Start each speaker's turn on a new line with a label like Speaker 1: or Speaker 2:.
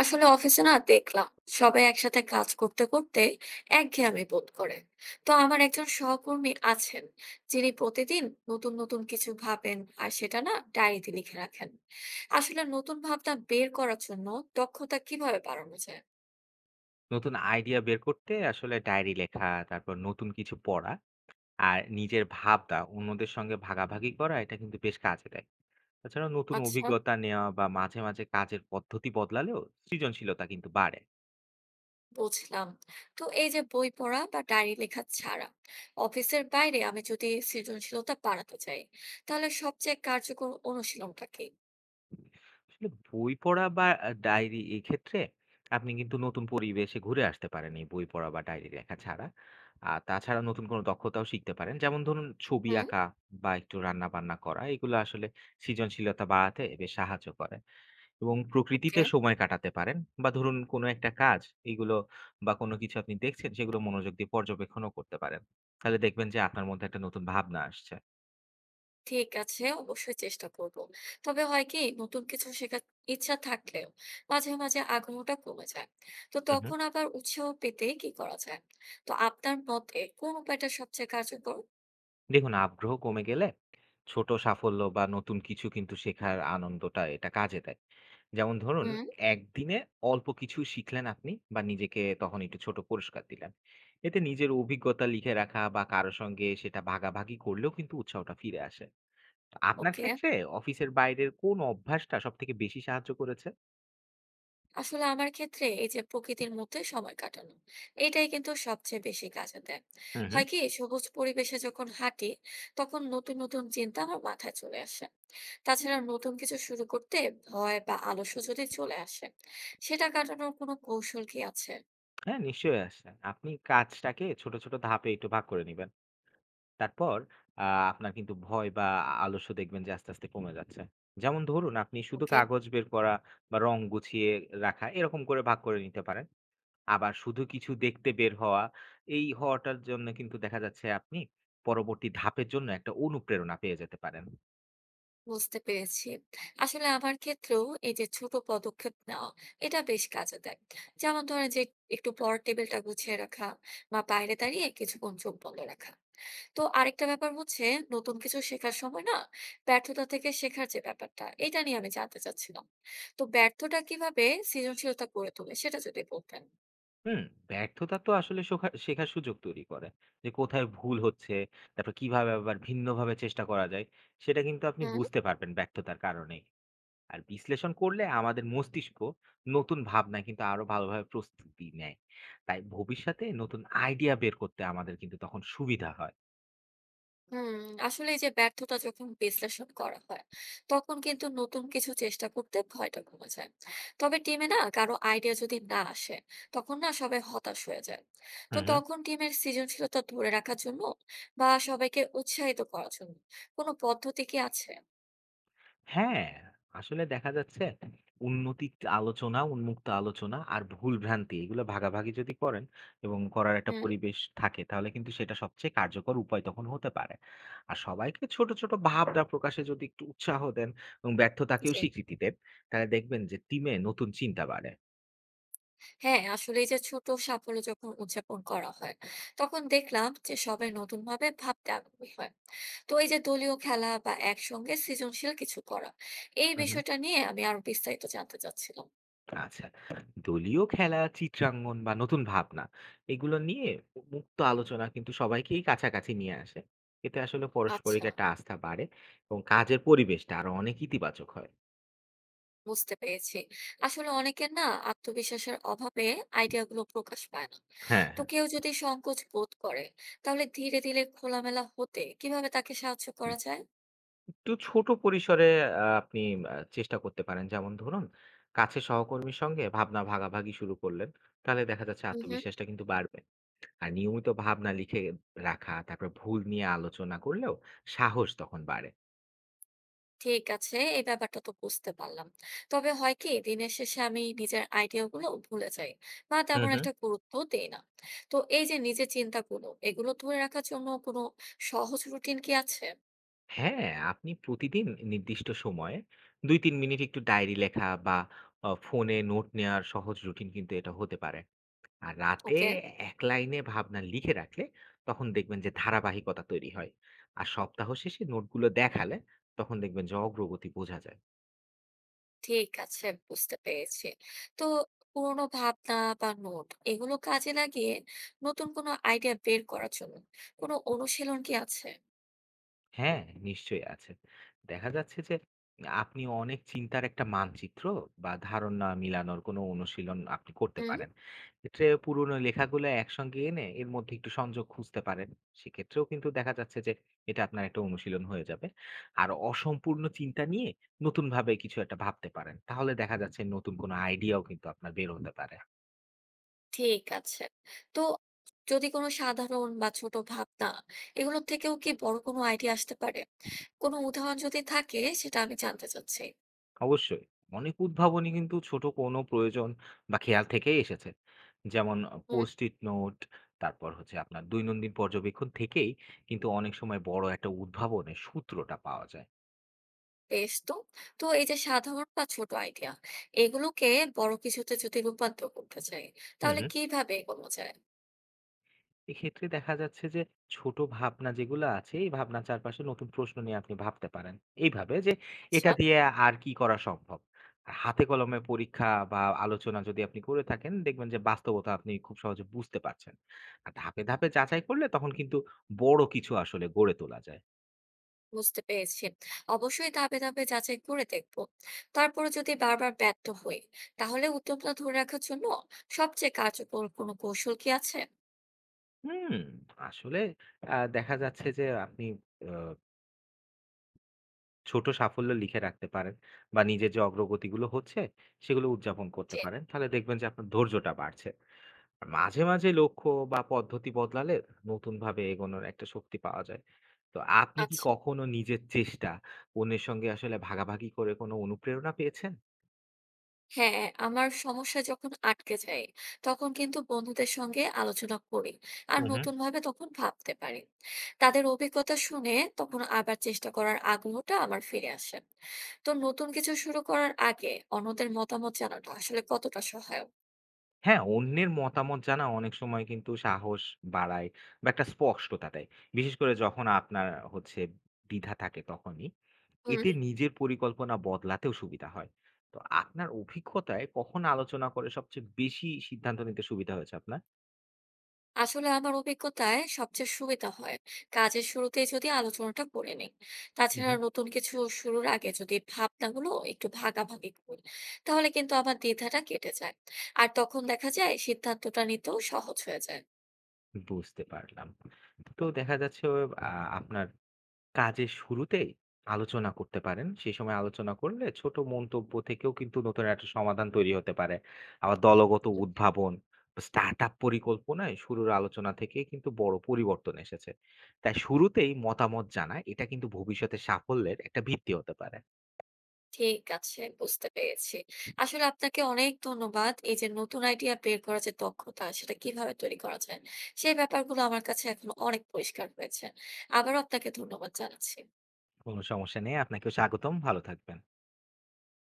Speaker 1: আসলে অফিসে না দেখলাম, সবাই একসাথে কাজ করতে করতে একঘেয়েমি বোধ করে। তো আমার একজন সহকর্মী আছেন, যিনি প্রতিদিন নতুন নতুন কিছু ভাবেন আর সেটা না ডায়েরিতে লিখে রাখেন। আসলে নতুন ভাবনা বের করার জন্য দক্ষতা কিভাবে বাড়ানো যায়?
Speaker 2: নতুন আইডিয়া বের করতে আসলে ডায়েরি লেখা, তারপর নতুন কিছু পড়া আর নিজের ভাবনা অন্যদের সঙ্গে ভাগাভাগি করা, এটা কিন্তু বেশ কাজে দেয়। তাছাড়া নতুন
Speaker 1: আচ্ছা,
Speaker 2: অভিজ্ঞতা নেওয়া বা মাঝে মাঝে কাজের পদ্ধতি বদলালেও সৃজনশীলতা কিন্তু বাড়ে।
Speaker 1: বুঝলাম। তো এই যে বই পড়া বা ডায়েরি লেখা ছাড়া অফিসের বাইরে আমি যদি সৃজনশীলতা বাড়াতে চাই, তাহলে সবচেয়ে কার্যকর অনুশীলনটা কি?
Speaker 2: আসলে বই পড়া বা ডায়েরি এই ক্ষেত্রে আপনি কিন্তু নতুন পরিবেশে ঘুরে আসতে পারেন এই বই পড়া বা ডায়েরি লেখা ছাড়া। আর তাছাড়া নতুন কোনো দক্ষতাও শিখতে পারেন, যেমন ধরুন ছবি
Speaker 1: হুম।
Speaker 2: আঁকা বা একটু রান্না বান্না করা, এগুলো আসলে সৃজনশীলতা বাড়াতে বেশ সাহায্য করে। এবং প্রকৃতিতে
Speaker 1: ওকে।
Speaker 2: সময় কাটাতে পারেন, বা ধরুন কোনো একটা কাজ এইগুলো, বা কোনো কিছু আপনি দেখছেন সেগুলো মনোযোগ দিয়ে পর্যবেক্ষণও করতে পারেন। তাহলে দেখবেন যে আপনার মধ্যে একটা নতুন ভাবনা আসছে।
Speaker 1: ঠিক আছে, অবশ্যই চেষ্টা করব। তবে হয় কি, নতুন কিছু শেখার ইচ্ছা থাকলেও মাঝে মাঝে আগ্রহটা কমে যায়। তো
Speaker 2: হুম, হুম।
Speaker 1: তখন আবার উৎসাহ পেতে কি করা যায়? তো আপনার মতে কোন উপায়টা সবচেয়ে কার্যকর?
Speaker 2: দেখুন আগ্রহ কমে গেলে ছোট সাফল্য বা নতুন কিছু কিন্তু শেখার আনন্দটা এটা কাজে দেয়। যেমন ধরুন
Speaker 1: হুম।
Speaker 2: একদিনে অল্প কিছু শিখলেন আপনি বা নিজেকে তখন একটু ছোট পুরস্কার দিলেন। এতে নিজের অভিজ্ঞতা লিখে রাখা বা কারো সঙ্গে সেটা ভাগাভাগি করলেও কিন্তু উৎসাহটা ফিরে আসে। তো আপনার
Speaker 1: ওকে।
Speaker 2: ক্ষেত্রে অফিসের বাইরের কোন অভ্যাসটা সবথেকে বেশি সাহায্য করেছে?
Speaker 1: আসলে আমার ক্ষেত্রে এই যে প্রকৃতির মধ্যে সময় কাটানো, এটাই কিন্তু সবচেয়ে বেশি কাজে দেয়।
Speaker 2: হুম, হুম।
Speaker 1: হয় কি, সবুজ পরিবেশে যখন হাঁটি, তখন নতুন নতুন চিন্তা আমার মাথায় চলে আসে। তাছাড়া নতুন কিছু শুরু করতে ভয় বা আলস্য যদি চলে আসে, সেটা কাটানোর কোনো কৌশল কি আছে?
Speaker 2: হ্যাঁ, নিশ্চয়ই আসছে। আপনি কাজটাকে ছোট ছোট ধাপে একটু ভাগ করে নিবেন। তারপর আ আপনার কিন্তু ভয় বা আলস্য দেখবেন যে আস্তে আস্তে কমে যাচ্ছে। যেমন ধরুন আপনি শুধু
Speaker 1: ওকে।
Speaker 2: কাগজ বের করা বা রং গুছিয়ে রাখা এরকম করে ভাগ করে নিতে পারেন। আবার শুধু কিছু দেখতে বের হওয়া, এই হওয়াটার জন্য কিন্তু দেখা যাচ্ছে আপনি পরবর্তী ধাপের জন্য একটা অনুপ্রেরণা পেয়ে যেতে পারেন।
Speaker 1: বুঝতে পেরেছি। আসলে আমার ক্ষেত্রেও এই যে ছোট পদক্ষেপ নেওয়া, এটা বেশ কাজে দেয়। যেমন ধরেন যে, একটু পর টেবিলটা গুছিয়ে রাখা বা বাইরে দাঁড়িয়ে কিছুক্ষণ চোখ বন্ধ রাখা। তো আরেকটা ব্যাপার হচ্ছে, নতুন কিছু শেখার সময় না ব্যর্থতা থেকে শেখার যে ব্যাপারটা, এটা নিয়ে আমি জানতে চাচ্ছিলাম। তো ব্যর্থতা কিভাবে সৃজনশীলতা করে তোলে, সেটা যদি বলতেন।
Speaker 2: হুম, ব্যর্থতা তো আসলে সোখা শেখার সুযোগ তৈরি করে। যে কোথায় ভুল হচ্ছে, তারপর কিভাবে আবার ভিন্নভাবে চেষ্টা করা যায়, সেটা কিন্তু আপনি
Speaker 1: হুম।
Speaker 2: বুঝতে পারবেন ব্যর্থতার কারণেই। আর বিশ্লেষণ করলে আমাদের মস্তিষ্ক নতুন ভাবনা কিন্তু আরো ভালোভাবে প্রস্তুতি নেয়। তাই ভবিষ্যতে নতুন আইডিয়া বের করতে আমাদের কিন্তু তখন সুবিধা হয়।
Speaker 1: হুম। আসলে এই যে ব্যর্থতা যখন বিশ্লেষণ করা হয়, তখন কিন্তু নতুন কিছু চেষ্টা করতে ভয়টা কমে যায়। তবে টিমে না কারো আইডিয়া যদি না আসে, তখন না সবাই হতাশ হয়ে যায়। তো
Speaker 2: হুম, হুম।
Speaker 1: তখন টিমের সৃজনশীলতা ধরে রাখার জন্য বা সবাইকে উৎসাহিত করার জন্য কোনো পদ্ধতি কি আছে?
Speaker 2: হ্যাঁ, আসলে দেখা যাচ্ছে উন্নতি আলোচনা, উন্মুক্ত আলোচনা আর ভুল ভ্রান্তি এগুলো ভাগাভাগি যদি করেন এবং করার একটা
Speaker 1: হুম।
Speaker 2: পরিবেশ থাকে, তাহলে কিন্তু সেটা সবচেয়ে কার্যকর উপায় তখন হতে পারে। আর সবাইকে ছোট ছোট ভাবনা প্রকাশে যদি একটু উৎসাহ দেন এবং ব্যর্থতাকেও
Speaker 1: জি।
Speaker 2: স্বীকৃতি দেন, তাহলে দেখবেন যে টিমে নতুন চিন্তা বাড়ে।
Speaker 1: হ্যাঁ, আসলে এই যে ছোট সাফল্য যখন উদযাপন করা হয়, তখন দেখলাম যে সবাই নতুন ভাবে ভাবতে আগ্রহী হয়। তো এই যে দলীয় খেলা বা একসঙ্গে সৃজনশীল কিছু করা, এই
Speaker 2: হুম, হুম।
Speaker 1: বিষয়টা নিয়ে আমি আরো বিস্তারিত জানতে চাচ্ছিলাম।
Speaker 2: আচ্ছা। দলীয় খেলা, চিত্রাঙ্গন বা নতুন ভাবনা এগুলো নিয়ে মুক্ত আলোচনা কিন্তু সবাইকেই কাছাকাছি নিয়ে আসে। এতে আসলে পারস্পরিক
Speaker 1: আচ্ছা।
Speaker 2: একটা আস্থা বাড়ে এবং কাজের পরিবেশটা আরো অনেক ইতিবাচক হয়।
Speaker 1: বুঝতে পেরেছি। আসলে অনেকের না আত্মবিশ্বাসের অভাবে আইডিয়া গুলো প্রকাশ পায় না।
Speaker 2: হ্যাঁ,
Speaker 1: তো
Speaker 2: হ্যাঁ।
Speaker 1: কেউ যদি সংকোচ বোধ করে, তাহলে ধীরে ধীরে খোলামেলা হতে কিভাবে তাকে সাহায্য করা
Speaker 2: একটু ছোট পরিসরে আপনি চেষ্টা করতে পারেন। যেমন ধরুন, কাছের সহকর্মীর সঙ্গে ভাবনা ভাগাভাগি শুরু করলেন। তাহলে দেখা যাচ্ছে
Speaker 1: যায়?
Speaker 2: আত্মবিশ্বাসটা কিন্তু বাড়বে। আর নিয়মিত ভাবনা লিখে রাখা, তারপরে ভুল নিয়ে আলোচনা করলেও সাহস তখন বাড়ে।
Speaker 1: ঠিক আছে, এই ব্যাপারটা তো বুঝতে পারলাম। তবে হয় কি, দিনের শেষে আমি নিজের আইডিয়া গুলো ভুলে যাই বা
Speaker 2: হুম,
Speaker 1: তেমন
Speaker 2: হুম।
Speaker 1: একটা গুরুত্ব দেই না। তো এই যে নিজের চিন্তাগুলো, এগুলো ধরে রাখার জন্য কোনো সহজ রুটিন কি আছে?
Speaker 2: হ্যাঁ, আপনি প্রতিদিন নির্দিষ্ট সময়ে ২-৩ মিনিট একটু ডায়েরি লেখা বা ফোনে নোট নেয়ার সহজ রুটিন কিন্তু এটা হতে পারে। আর রাতে
Speaker 1: ওকে।
Speaker 2: এক লাইনে ভাবনা লিখে রাখলে তখন দেখবেন যে ধারাবাহিকতা তৈরি হয়। আর সপ্তাহ শেষে নোটগুলো দেখালে তখন দেখবেন যে অগ্রগতি বোঝা যায়।
Speaker 1: ঠিক আছে, বুঝতে পেরেছি। তো পুরোনো ভাবনা বা নোট এগুলো কাজে লাগিয়ে নতুন কোনো আইডিয়া বের করার জন্য কোনো অনুশীলন কি আছে?
Speaker 2: হ্যাঁ, নিশ্চয়ই আছে। দেখা যাচ্ছে যে আপনি অনেক চিন্তার একটা মানচিত্র বা ধারণা মিলানোর কোনো অনুশীলন আপনি করতে পারেন। এক্ষেত্রে পুরনো লেখাগুলো একসঙ্গে এনে এর মধ্যে একটু সংযোগ খুঁজতে পারেন। সেক্ষেত্রেও কিন্তু দেখা যাচ্ছে যে এটা আপনার একটা অনুশীলন হয়ে যাবে। আর অসম্পূর্ণ চিন্তা নিয়ে নতুনভাবে কিছু একটা ভাবতে পারেন। তাহলে দেখা যাচ্ছে নতুন কোনো আইডিয়াও কিন্তু আপনার বের হতে পারে।
Speaker 1: ঠিক আছে। তো যদি কোনো সাধারণ বা ছোট ভাবনা এগুলোর থেকেও কি বড় কোনো আইডিয়া আসতে পারে? কোনো উদাহরণ যদি থাকে সেটা আমি জানতে চাচ্ছি।
Speaker 2: অবশ্যই। অনেক উদ্ভাবনী কিন্তু ছোট কোনো প্রয়োজন বা খেয়াল থেকেই এসেছে। যেমন
Speaker 1: হুম।
Speaker 2: Post-it নোট, তারপর হচ্ছে আপনার দৈনন্দিন পর্যবেক্ষণ থেকেই কিন্তু অনেক সময় বড় একটা উদ্ভাবনের সূত্রটা পাওয়া যায়।
Speaker 1: বেশ তো। তো এই যে সাধারণ বা ছোট আইডিয়া, এগুলোকে বড় কিছুতে যদি রূপান্তর করতে চাই,
Speaker 2: হু,
Speaker 1: তাহলে
Speaker 2: হু।
Speaker 1: কিভাবে এগোনো যায়?
Speaker 2: এক্ষেত্রে দেখা যাচ্ছে যে ছোট ভাবনা যেগুলা আছে, এই ভাবনার চারপাশে নতুন প্রশ্ন নিয়ে আপনি ভাবতে পারেন। এইভাবে যে এটা
Speaker 1: আচ্ছা।
Speaker 2: দিয়ে আর কি করা সম্ভব? আর হাতে কলমে পরীক্ষা বা আলোচনা যদি আপনি করে থাকেন, দেখবেন যে বাস্তবতা আপনি খুব সহজে বুঝতে পারছেন। আর ধাপে ধাপে যাচাই করলে তখন কিন্তু বড় কিছু আসলে গড়ে তোলা যায়।
Speaker 1: বুঝতে পেরেছি। অবশ্যই ধাপে, ধাপে যাচাই করে দেখব। তারপরে যদি বারবার ব্যর্থ হই, তাহলে উদ্যমটা ধরে রাখার জন্য সবচেয়ে কার্যকর কোনো কৌশল কি আছে?
Speaker 2: হুম, আসলে দেখা যাচ্ছে যে আপনি আ ছোট সাফল্য লিখে রাখতে পারেন বা নিজের যে অগ্রগতিগুলো হচ্ছে, সেগুলো উদযাপন করতে
Speaker 1: জি।
Speaker 2: পারেন। তাহলে দেখবেন যে আপনার ধৈর্যটা বাড়ছে। মাঝে মাঝে লক্ষ্য বা পদ্ধতি বদলালে নতুনভাবে এগোনোর একটা শক্তি পাওয়া যায়। তো আপনি কি
Speaker 1: আচ্ছা।
Speaker 2: কখনো নিজের চেষ্টা অন্যের সঙ্গে আসলে ভাগাভাগি করে কোনো অনুপ্রেরণা পেয়েছেন?
Speaker 1: হ্যাঁ, আমার সমস্যা যখন আটকে যায়, তখন কিন্তু বন্ধুদের সঙ্গে আলোচনা করি আর
Speaker 2: হু, হু।
Speaker 1: নতুন ভাবে তখন ভাবতে পারি। তাদের অভিজ্ঞতা শুনে তখন আবার চেষ্টা করার আগ্রহটা আমার ফিরে আসে। তো নতুন কিছু শুরু করার আগে অন্যদের মতামত জানাটা আসলে কতটা সহায়ক?
Speaker 2: হ্যাঁ, অন্যের মতামত জানা অনেক সময় কিন্তু সাহস বাড়ায় বা একটা স্পষ্টতা দেয়। বিশেষ করে যখন আপনার হচ্ছে দ্বিধা থাকে তখনই।
Speaker 1: হুম।
Speaker 2: এতে নিজের পরিকল্পনা বদলাতেও সুবিধা হয়। তো আপনার অভিজ্ঞতায় কখন আলোচনা করে সবচেয়ে বেশি সিদ্ধান্ত নিতে সুবিধা হয়েছে আপনার?
Speaker 1: আসলে আমার অভিজ্ঞতায় সবচেয়ে সুবিধা হয় কাজের শুরুতেই যদি আলোচনাটা করে নিই।
Speaker 2: হু, হু।
Speaker 1: তাছাড়া নতুন কিছু শুরুর আগে যদি ভাবনাগুলো একটু ভাগাভাগি করি, তাহলে কিন্তু আমার দ্বিধাটা কেটে যায়। আর তখন দেখা যায় সিদ্ধান্তটা নিতেও সহজ হয়ে যায়।
Speaker 2: বুঝতে পারলাম। তো দেখা যাচ্ছে আ আপনার কাজের শুরুতেই আলোচনা করতে পারেন। সেই সময় আলোচনা করলে ছোট মন্তব্য থেকেও কিন্তু নতুন একটা সমাধান তৈরি হতে পারে। আবার দলগত উদ্ভাবন, স্টার্টআপ পরিকল্পনায় শুরুর আলোচনা থেকে কিন্তু বড় পরিবর্তন এসেছে। তাই শুরুতেই মতামত জানা এটা কিন্তু ভবিষ্যতে সাফল্যের একটা ভিত্তি হতে পারে।
Speaker 1: ঠিক আছে, বুঝতে পেরেছি। আসলে আপনাকে অনেক ধন্যবাদ। এই যে নতুন আইডিয়া বের করার যে দক্ষতা, সেটা কিভাবে তৈরি করা যায়, সেই ব্যাপারগুলো আমার কাছে এখন অনেক পরিষ্কার হয়েছে। আবারও আপনাকে ধন্যবাদ জানাচ্ছি।
Speaker 2: কোনো সমস্যা নেই। আপনাকেও স্বাগতম। ভালো থাকবেন।